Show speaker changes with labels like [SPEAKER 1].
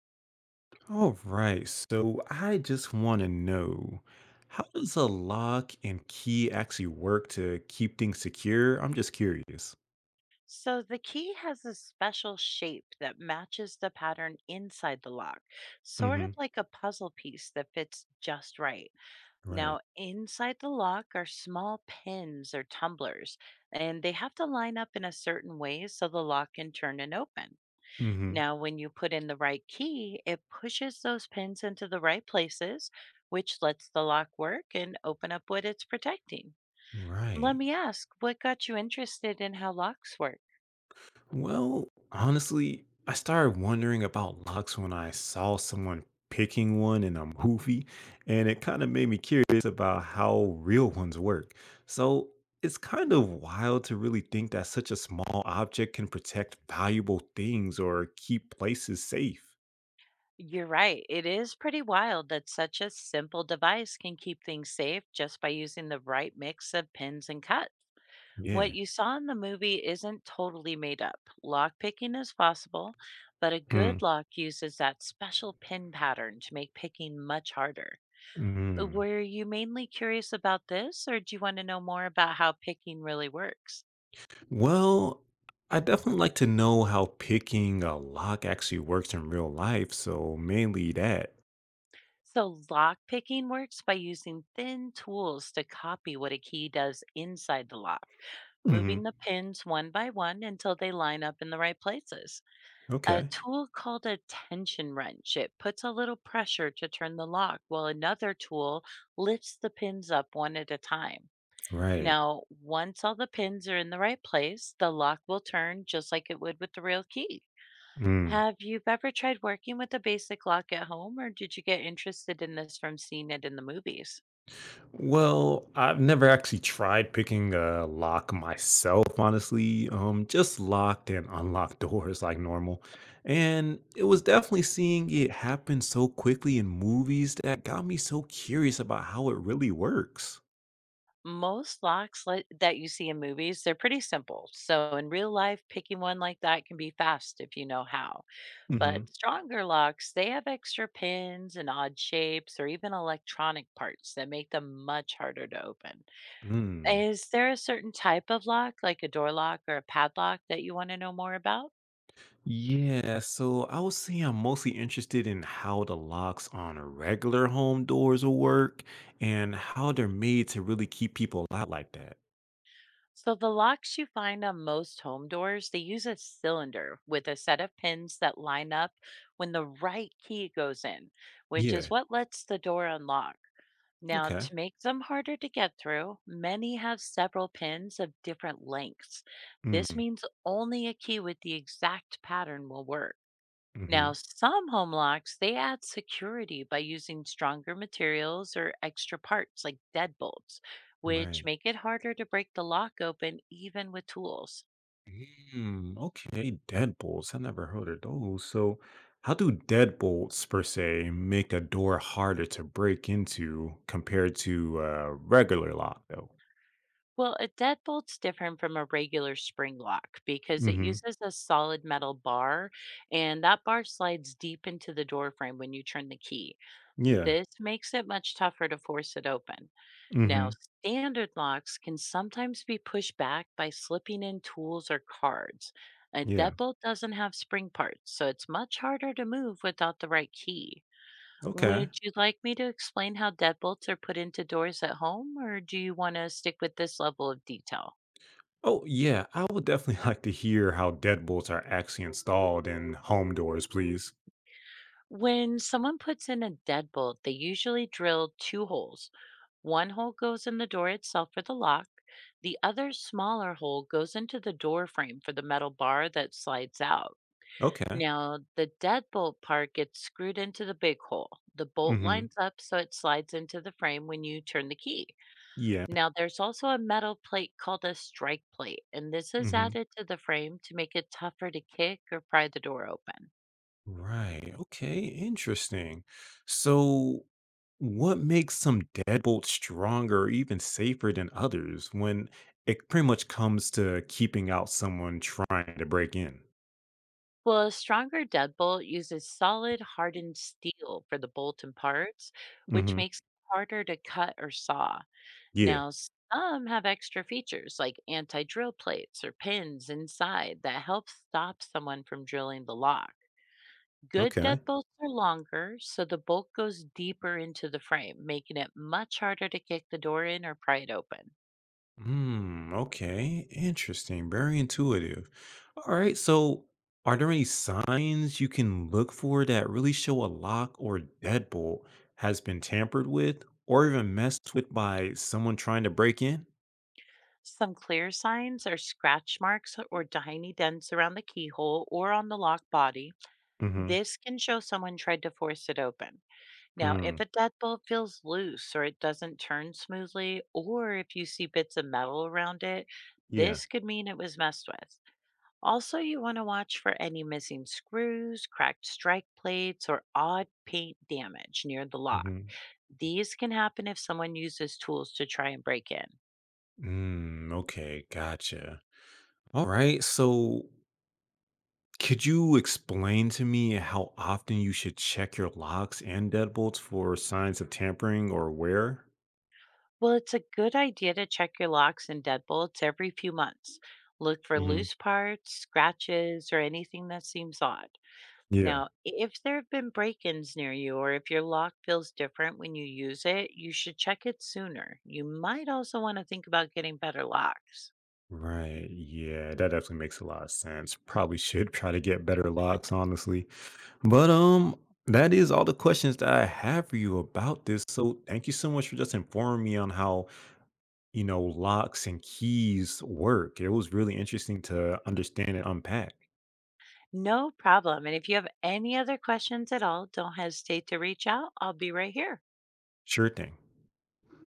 [SPEAKER 1] All right, so I just want to know how does a lock and key actually work to keep things secure? I'm just curious.
[SPEAKER 2] So the key has a special shape that matches the pattern inside the lock, sort of
[SPEAKER 1] Hmm.
[SPEAKER 2] like a puzzle piece that fits just right.
[SPEAKER 1] Right.
[SPEAKER 2] Now, inside the lock are small pins or tumblers, and they have to line up in a certain way so the lock can turn and open.
[SPEAKER 1] Hmm.
[SPEAKER 2] Now, when you put in the right key, it pushes those pins into the right places, which lets the lock work and open up what it's protecting. Let
[SPEAKER 1] Right.
[SPEAKER 2] me ask, what got you interested in how locks work?
[SPEAKER 1] Well, honestly, I started wondering about locks when I saw someone picking one in a movie, and it kind of made me curious about how real ones work. So it's kind of wild to really think that such a small object can protect valuable things or keep places safe.
[SPEAKER 2] You're right. It is pretty wild that such a simple device can keep things safe just by using the right mix of pins and cut. What
[SPEAKER 1] Yeah.
[SPEAKER 2] you saw in the movie isn't totally made up. Lockpicking is possible, but a good
[SPEAKER 1] Mm,
[SPEAKER 2] lock uses that special pin pattern to make picking much harder.
[SPEAKER 1] mm.
[SPEAKER 2] Were you mainly curious about this, or do you want to know more about how picking really works?
[SPEAKER 1] Well, I definitely like to know how picking a lock actually works in real life, so mainly that.
[SPEAKER 2] So, lock picking works by using thin tools to copy what a key does inside the lock, moving
[SPEAKER 1] Hmm.
[SPEAKER 2] the pins one by one until they line up in the right places. A
[SPEAKER 1] Okay.
[SPEAKER 2] tool called a tension wrench, it puts a little pressure to turn the lock, while another tool lifts the pins up one at a time.
[SPEAKER 1] Right.
[SPEAKER 2] Now, once all the pins are in the right place, the lock will turn just like it would with the real key.
[SPEAKER 1] Mm.
[SPEAKER 2] Have you ever tried working with a basic lock at home, or did you get interested in this from seeing it in the movies?
[SPEAKER 1] Well, I've never actually tried picking a lock myself, honestly. Just locked and unlocked doors like normal. And it was definitely seeing it happen so quickly in movies that got me so curious about how it really works.
[SPEAKER 2] Most locks that you see in movies, they're pretty simple. So in real life, picking one like that can be fast if you know how.
[SPEAKER 1] Hmm.
[SPEAKER 2] But stronger locks, they have extra pins and odd shapes or even electronic parts that make them much harder to open.
[SPEAKER 1] Mm.
[SPEAKER 2] Is there a certain type of lock, like a door lock or a padlock, that you want to know more about?
[SPEAKER 1] Yeah, so I would say I'm mostly interested in how the locks on regular home doors will work and how they're made to really keep people out like that.
[SPEAKER 2] So the locks you find on most home doors, they use a cylinder with a set of pins that line up when the right key goes in, which is
[SPEAKER 1] Yeah,
[SPEAKER 2] what lets the door unlock. Now,
[SPEAKER 1] okay.
[SPEAKER 2] to make them harder to get through, many have several pins of different lengths. This
[SPEAKER 1] Mm.
[SPEAKER 2] means only a key with the exact pattern will work.
[SPEAKER 1] Hmm.
[SPEAKER 2] Now, some home locks, they add security by using stronger materials or extra parts like deadbolts, which
[SPEAKER 1] Right.
[SPEAKER 2] make it harder to break the lock open even with tools.
[SPEAKER 1] Mm, okay, deadbolts. I never heard of those. So, how do deadbolts per se make a door harder to break into compared to a regular lock, though?
[SPEAKER 2] Well, a deadbolt's different from a regular spring lock because it
[SPEAKER 1] Mm-hmm.
[SPEAKER 2] uses a solid metal bar, and that bar slides deep into the door frame when you turn the key.
[SPEAKER 1] Yeah.
[SPEAKER 2] This makes it much tougher to force it open. Now,
[SPEAKER 1] Mm-hmm.
[SPEAKER 2] standard locks can sometimes be pushed back by slipping in tools or cards. A
[SPEAKER 1] Yeah.
[SPEAKER 2] deadbolt doesn't have spring parts, so it's much harder to move without the right key.
[SPEAKER 1] Okay.
[SPEAKER 2] Would you like me to explain how deadbolts are put into doors at home, or do you want to stick with this level of detail?
[SPEAKER 1] Oh, yeah. I would definitely like to hear how deadbolts are actually installed in home doors, please.
[SPEAKER 2] When someone puts in a deadbolt, they usually drill two holes. One hole goes in the door itself for the lock, the other smaller hole goes into the door frame for the metal bar that slides out.
[SPEAKER 1] Okay.
[SPEAKER 2] Now, the deadbolt part gets screwed into the big hole. The bolt
[SPEAKER 1] Mm-hmm.
[SPEAKER 2] lines up so it slides into the frame when you turn the key.
[SPEAKER 1] Yeah.
[SPEAKER 2] Now, there's also a metal plate called a strike plate, and this is
[SPEAKER 1] Mm-hmm.
[SPEAKER 2] added to the frame to make it tougher to kick or pry the door open.
[SPEAKER 1] Right. Okay. Interesting. So, what makes some deadbolts stronger or even safer than others when it pretty much comes to keeping out someone trying to break in?
[SPEAKER 2] Well, a stronger deadbolt uses solid hardened steel for the bolt and parts, which
[SPEAKER 1] Hmm.
[SPEAKER 2] makes it harder to cut or saw.
[SPEAKER 1] Yeah.
[SPEAKER 2] Now, some have extra features like anti drill plates or pins inside that help stop someone from drilling the lock. Good
[SPEAKER 1] Okay.
[SPEAKER 2] deadbolts are longer, so the bolt goes deeper into the frame, making it much harder to kick the door in or pry it open.
[SPEAKER 1] Hmm. Okay. Interesting. Very intuitive. All right. So, are there any signs you can look for that really show a lock or deadbolt has been tampered with or even messed with by someone trying to break in?
[SPEAKER 2] Some clear signs are scratch marks or tiny dents around the keyhole or on the lock body. This can show someone tried to force it open. Now, if
[SPEAKER 1] Mm,
[SPEAKER 2] a deadbolt feels loose or it doesn't turn smoothly, or if you see bits of metal around it,
[SPEAKER 1] yeah.
[SPEAKER 2] this could mean it was messed with. Also, you want to watch for any missing screws, cracked strike plates, or odd paint damage near the lock.
[SPEAKER 1] Hmm.
[SPEAKER 2] These can happen if someone uses tools to try and break in.
[SPEAKER 1] Mm, okay, gotcha. All right. So, could you explain to me how often you should check your locks and deadbolts for signs of tampering or wear?
[SPEAKER 2] Well, it's a good idea to check your locks and deadbolts every few months. Look for
[SPEAKER 1] Hmm.
[SPEAKER 2] loose parts, scratches, or anything that seems odd.
[SPEAKER 1] Yeah.
[SPEAKER 2] Now, if there have been break-ins near you or if your lock feels different when you use it, you should check it sooner. You might also want to think about getting better locks.
[SPEAKER 1] Right. Yeah, that definitely makes a lot of sense. Probably should try to get better locks, honestly. But that is all the questions that I have for you about this. So, thank you so much for just informing me on how locks and keys work. It was really interesting to understand and unpack.
[SPEAKER 2] No problem. And if you have any other questions at all, don't hesitate to reach out. I'll be right here.
[SPEAKER 1] Sure thing.